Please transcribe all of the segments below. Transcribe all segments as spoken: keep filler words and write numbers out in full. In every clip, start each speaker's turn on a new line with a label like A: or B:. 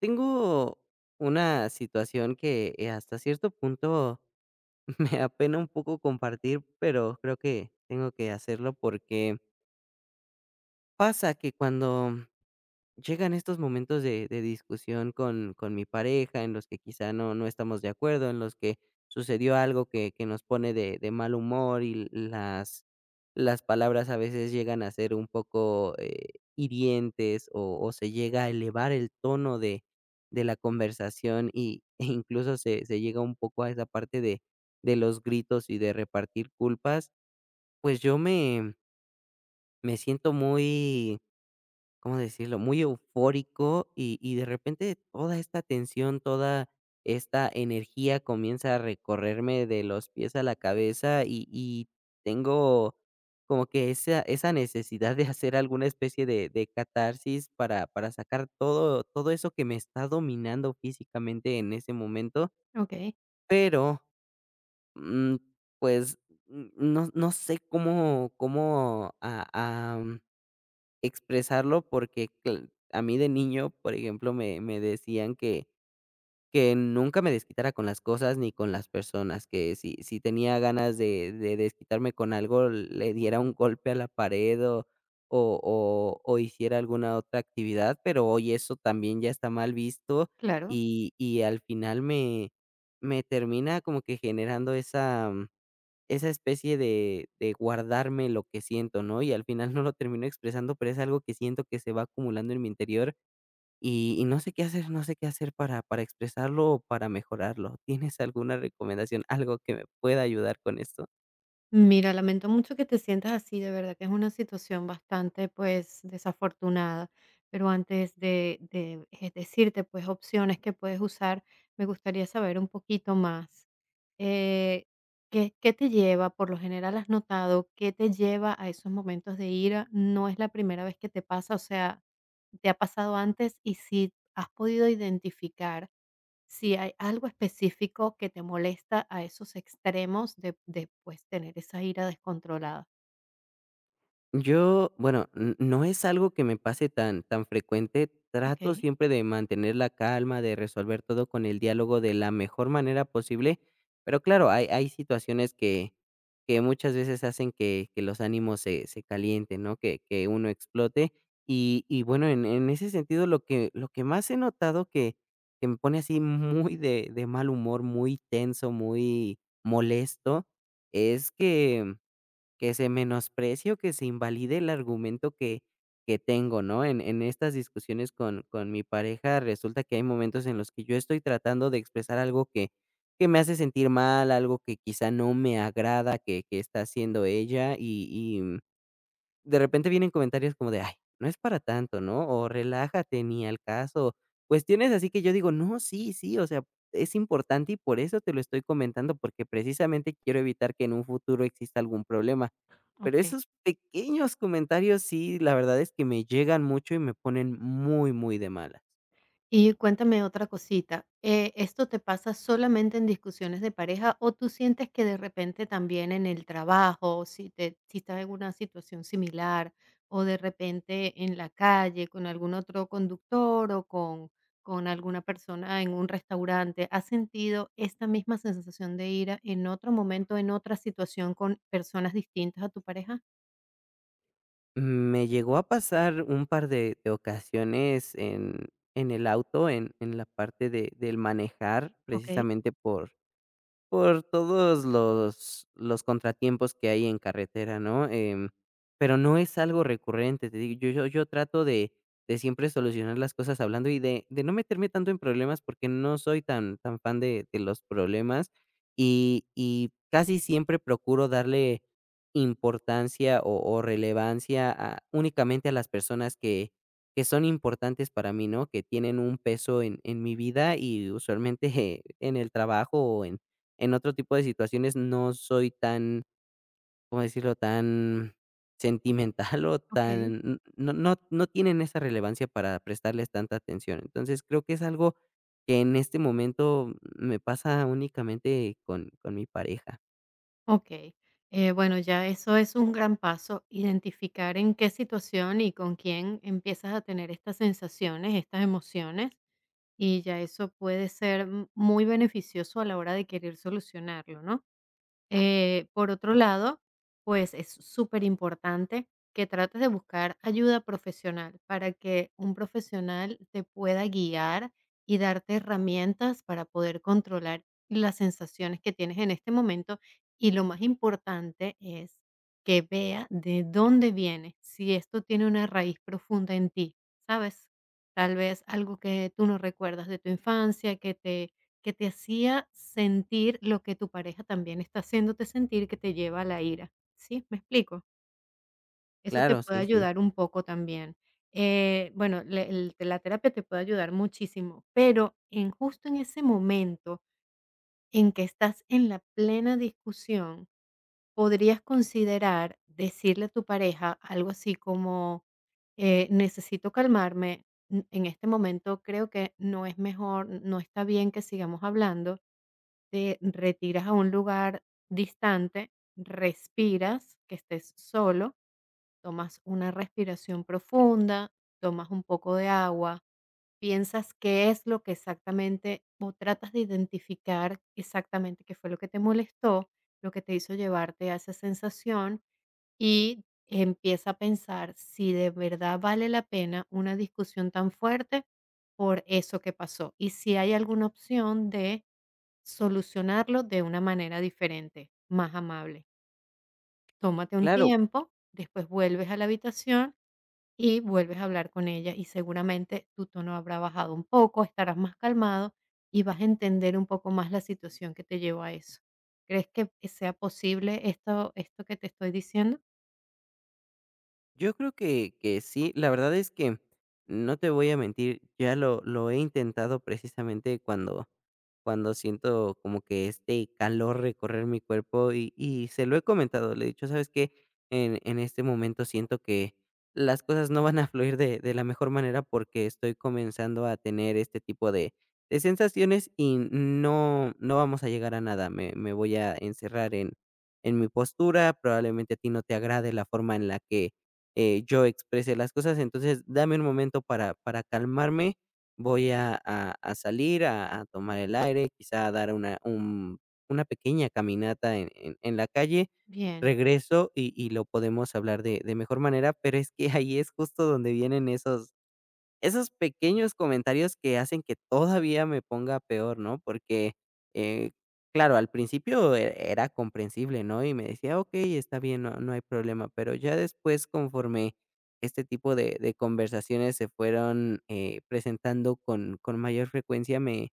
A: Tengo una situación que, eh, hasta cierto punto me apena un poco compartir, pero creo que tengo que hacerlo porque pasa que cuando llegan estos momentos de, de discusión con, con mi pareja, en los que quizá no, no estamos de acuerdo, en los que sucedió algo que, que nos pone de, de mal humor y las, las palabras a veces llegan a ser un poco eh, hirientes o, o se llega a elevar el tono de, de la conversación y, e incluso se, se llega un poco a esa parte de, de los gritos y de repartir culpas. pues yo me, Me siento muy, ¿cómo decirlo? Muy eufórico y, y de repente toda esta tensión, toda esta energía comienza a recorrerme de los pies a la cabeza, y, y tengo como que esa, esa necesidad de hacer alguna especie de, de catarsis para, para sacar todo, todo eso que me está dominando físicamente en ese momento,
B: Okey,
A: pero mm, pues mm, no, no sé cómo, cómo ah, ah, expresarlo, porque cl a mí de niño, por ejemplo, me me decían que que nunca me desquitara con las cosas ni con las personas, que si si tenía ganas de de desquitarme con algo, le diera un golpe a la pared o o o o hiciera alguna otra actividad, pero hoy eso también ya está mal visto.
B: claro.
A: Y y al final me me termina como que generando esa esa especie de de guardarme lo que siento, ¿no? Y al final no lo termino expresando, pero es algo que siento que se va acumulando en mi interior, y y no sé qué hacer, no sé qué hacer para para expresarlo o para mejorarlo. ¿Tienes alguna recomendación, algo que me pueda ayudar con esto?
B: Mira, lamento mucho que te sientas así, de verdad que es una situación bastante, pues, desafortunada, pero antes de de, eh, decirte, pues, opciones que puedes usar, me gustaría saber un poquito más. eh, ¿qué qué te lleva? Por lo general, ¿has notado qué te lleva a esos momentos de ira? ¿No es la primera vez que te pasa? O sea, ¿te ha pasado antes? Y si has podido identificar si hay algo específico que te molesta a esos extremos de de, pues, tener esa ira descontrolada.
A: Yo, bueno, n- no es algo que me pase tan, tan frecuente. Trato
B: Okey,
A: siempre de mantener la calma, de resolver todo con el diálogo de la mejor manera posible. Pero claro, hay, hay situaciones que, que muchas veces hacen que, que los ánimos se, se calienten, ¿no? Que, que uno explote. Y, y bueno, en, en ese sentido, lo que, lo que más he notado que, que me pone así muy de, de mal humor, muy tenso, muy molesto, es que que se menosprecie o que se invalide el argumento que, que tengo, ¿no? En, en estas discusiones con, con mi pareja resulta que hay momentos en los que yo estoy tratando de expresar algo que, que me hace sentir mal, algo que quizá no me agrada que, que está haciendo ella y, y mm, de repente vienen comentarios como de, ay, no es para tanto, ¿no? O relájate, ni al caso. Cuestiones así que yo digo, no, sí, sí, o sea, es importante y por eso te lo estoy comentando, porque precisamente quiero evitar que en un futuro exista algún problema, pero
B: okey.
A: esos pequeños comentarios sí, la verdad es que me llegan mucho y me ponen muy, muy de malas.
B: Y cuéntame otra cosita. Eh, ¿esto te pasa solamente en discusiones de pareja o tú sientes que de repente también en el trabajo, si te, si estás en una situación similar o de repente en la calle con algún otro conductor o con, con alguna persona en un restaurante, has sentido esta misma sensación de ira en otro momento, en otra situación con personas distintas a tu pareja?
A: Me llegó a pasar un par de, de ocasiones en, en el auto, en, en la parte de, del manejar,
B: Ok,
A: precisamente por, Por todos los los contratiempos que hay en carretera, ¿no? Em, pero no es algo recurrente, te digo, yo yo yo trato de de siempre solucionar las cosas hablando y de de no meterme tanto en problemas, porque no soy tan tan fan de de los problemas, y y casi siempre procuro darle importancia o o relevancia a únicamente a las personas que que son importantes para mí, ¿no? Que tienen un peso en en mi vida, y usualmente en el trabajo o en en otro tipo de situaciones no soy tan, ¿cómo decirlo?, tan sentimental o
B: ok.
A: tan no no no tienen esa relevancia para prestarles tanta atención. Entonces, creo que es algo que en este momento me pasa únicamente con con mi pareja.
B: Ok, eh, bueno, ya eso es un gran paso, identificar en qué situación y con quién empiezas a tener estas sensaciones, estas emociones, y ya eso puede ser mm, muy beneficioso a la hora de querer solucionarlo, ¿no? Eh, por otro lado, pues es súper importante que trates de buscar ayuda profesional para que un profesional te pueda guiar y darte herramientas para poder controlar las sensaciones que tienes en este momento. Y lo más importante es que vea de dónde viene, si esto tiene una raíz profunda en ti, ¿sabes? Tal vez algo que tú no recuerdas de tu infancia, que te que te hacía sentir lo que tu pareja también está haciéndote sentir, que te lleva a la ira, ¿sí? ¿Me explico? Eso te
A: Claro,
B: puede
A: sí, sí.
B: ayudar un poco también. Eh, bueno, le- el- la terapia te puede ayudar muchísimo, pero en justo en ese momento en que estás en la plena discusión, podrías considerar decirle a tu pareja algo así como, eh, necesito calmarme, n- en este momento creo que no es mejor, no está bien que sigamos hablando. Te retiras a un lugar distante, respiras, que estés solo, tomas una respiración profunda, tomas un poco de agua, piensas qué es lo que exactamente, o tratas de identificar exactamente qué fue lo que te molestó, lo que te hizo llevarte a esa sensación, y empieza a pensar si de verdad vale la pena una discusión tan fuerte por eso que pasó y si hay alguna opción de solucionarlo de una manera diferente, más amable. Tómate un
A: Claro,
B: tiempo, después vuelves a la habitación y vuelves a hablar con ella y seguramente tu tono habrá bajado un poco, estarás más calmado y vas a entender un poco más la situación que te llevó a eso. ¿Crees que sea posible esto, esto que te estoy diciendo?
A: yo creo que que sí, la verdad es que no te voy a mentir, ya lo lo he intentado, precisamente cuando cuando siento como que este calor recorrer mi cuerpo, y y se lo he comentado, le he dicho: "¿Sabes qué? En en este momento siento que las cosas no van a fluir de de la mejor manera porque estoy comenzando a tener este tipo de de sensaciones y no no vamos a llegar a nada, me me voy a encerrar en en mi postura, probablemente a ti no te agrade la forma en la que eh, yo exprese las cosas. Entonces, dame un momento para, para calmarme. Voy a, a- a salir, a, a tomar el aire, quizá a dar una, un- una pequeña caminata en, en- en la calle.
B: Bien.
A: Regreso y, y lo podemos hablar de, de mejor manera, pero es que ahí es justo donde vienen esos, esos pequeños comentarios que hacen que todavía me ponga peor, ¿no? Porque, eh, claro, al principio e era comprensible, ¿no? Y me decía: "Okey, está bien, no no hay problema", pero ya después, conforme este tipo de de conversaciones se fueron, eh, presentando con con mayor frecuencia, me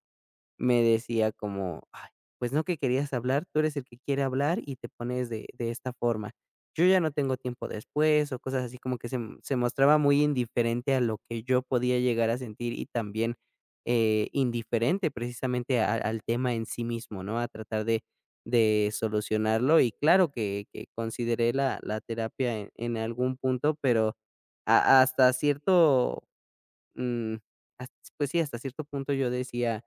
A: me decía como: "Ay, pues no que querías hablar, tú eres el que quiere hablar y te pones de de esta forma. Yo ya no tengo tiempo después", o cosas así, como que se m- se mostraba muy indiferente a lo que yo podía llegar a sentir, y también, eh, indiferente precisamente a al tema en sí mismo, ¿no? A tratar de de solucionarlo. Y claro que que consideré la la terapia en en algún punto, pero ha hasta cierto, mm, has pues sí, hasta cierto punto yo decía,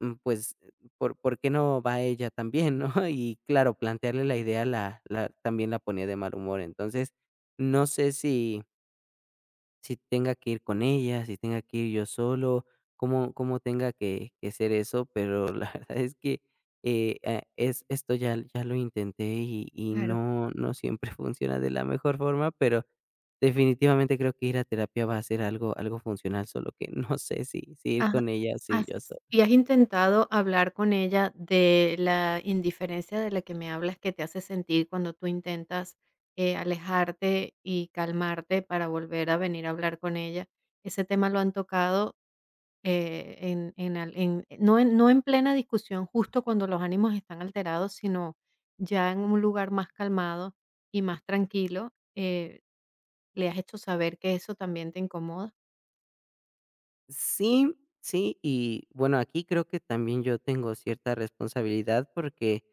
A: mm, pues, eh, ¿por por qué no va ella también, no? Y claro, plantearle la idea, la la también la ponía de mal humor. Entonces, no sé si si tenga que ir con ella, si tenga que ir yo solo, cómo cómo tenga que que ser eso, pero la verdad es que, eh, ah, es esto ya ya lo intenté, y y
B: Claro.
A: no no siempre funciona de la mejor forma, pero definitivamente creo que ir a terapia va a ser algo algo funcional, solo que no sé si si ir
B: Ajá.
A: con ella o si ir
B: ¿Has
A: yo solo.
B: y has intentado hablar con ella de la indiferencia de la que me hablas que te hace sentir cuando tú intentas, eh, alejarte y calmarte para volver a venir a hablar con ella? ¿Ese tema lo han tocado, eh, en en al en no en no en plena discusión, justo cuando los ánimos están alterados, sino ya en un lugar más calmado y más tranquilo? Eh, ¿le has hecho saber que eso también te incomoda?
A: Sí, sí, y bueno, aquí creo que también yo tengo cierta responsabilidad porque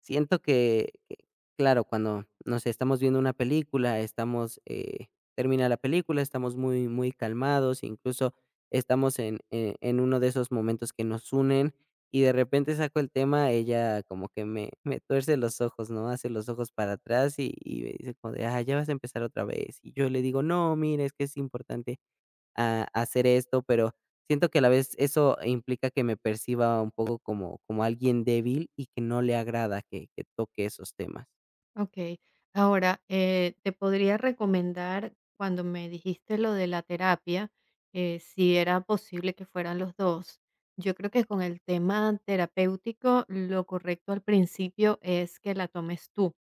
A: siento que, que, claro, cuando, no sé, estamos viendo una película, estamos, eh, termina la película, estamos muy, muy calmados, incluso estamos en, en, en uno de esos momentos que nos unen, y de repente saco el tema, ella como que me, me tuerce los ojos, ¿no? Hace los ojos para atrás y, y me dice como de, ah, ya vas a empezar otra vez. Y yo le digo, no, mira, es que es importante a a hacer esto, pero siento que a la vez eso implica que me perciba un poco como como alguien débil y que no le agrada que que toque esos temas.
B: Okey. Ahora, eh, te podría recomendar, cuando me dijiste lo de la terapia, eh, si era posible que fueran los dos. Yo creo que con el tema terapéutico, lo correcto al principio es que la tomes tú.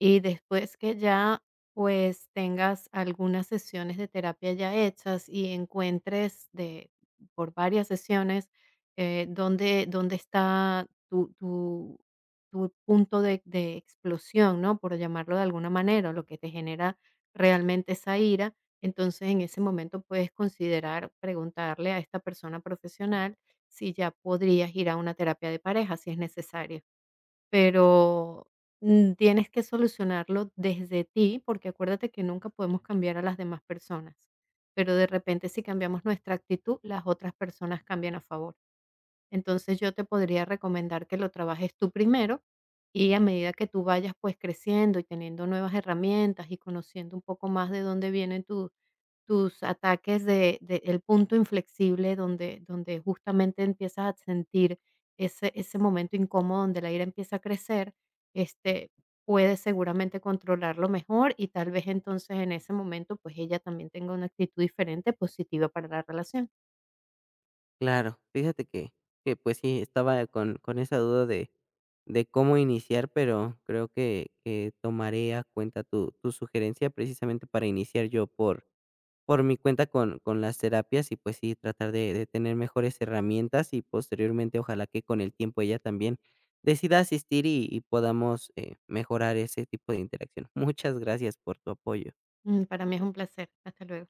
B: Y después que ya, pues, tengas algunas sesiones de terapia ya hechas y encuentres de por varias sesiones, eh, dónde dónde está tu tu tu punto de de explosión, ¿no? Por llamarlo de alguna manera, lo que te genera realmente esa ira. Entonces, en ese momento puedes considerar preguntarle a esta persona profesional si ya podrías ir a una terapia de pareja, si es necesario. Pero, mm, tienes que solucionarlo desde ti, porque acuérdate que nunca podemos cambiar a las demás personas, pero de repente, si cambiamos nuestra actitud, las otras personas cambian a favor. Entonces, yo te podría recomendar que lo trabajes tú primero, y a medida que tú vayas, pues, creciendo y teniendo nuevas herramientas y conociendo un poco más de dónde vienen tus tus ataques de de el punto inflexible donde donde justamente empiezas a sentir ese ese momento incómodo donde la ira empieza a crecer, este, puedes seguramente controlarlo mejor y tal vez entonces en ese momento, pues ella también tenga una actitud diferente positiva para la relación.
A: Claro, fíjate que que, pues sí, estaba con con esa duda de de cómo iniciar, pero creo que que tomaré a cuenta tu tu sugerencia precisamente para iniciar yo por por mi cuenta con con las terapias y, pues sí, tratar de de tener mejores herramientas y posteriormente, ojalá que con el tiempo ella también decida asistir y y podamos, eh, mejorar ese tipo de interacción. Muchas gracias por tu apoyo.
B: Mm, para mí es un placer. Hasta luego.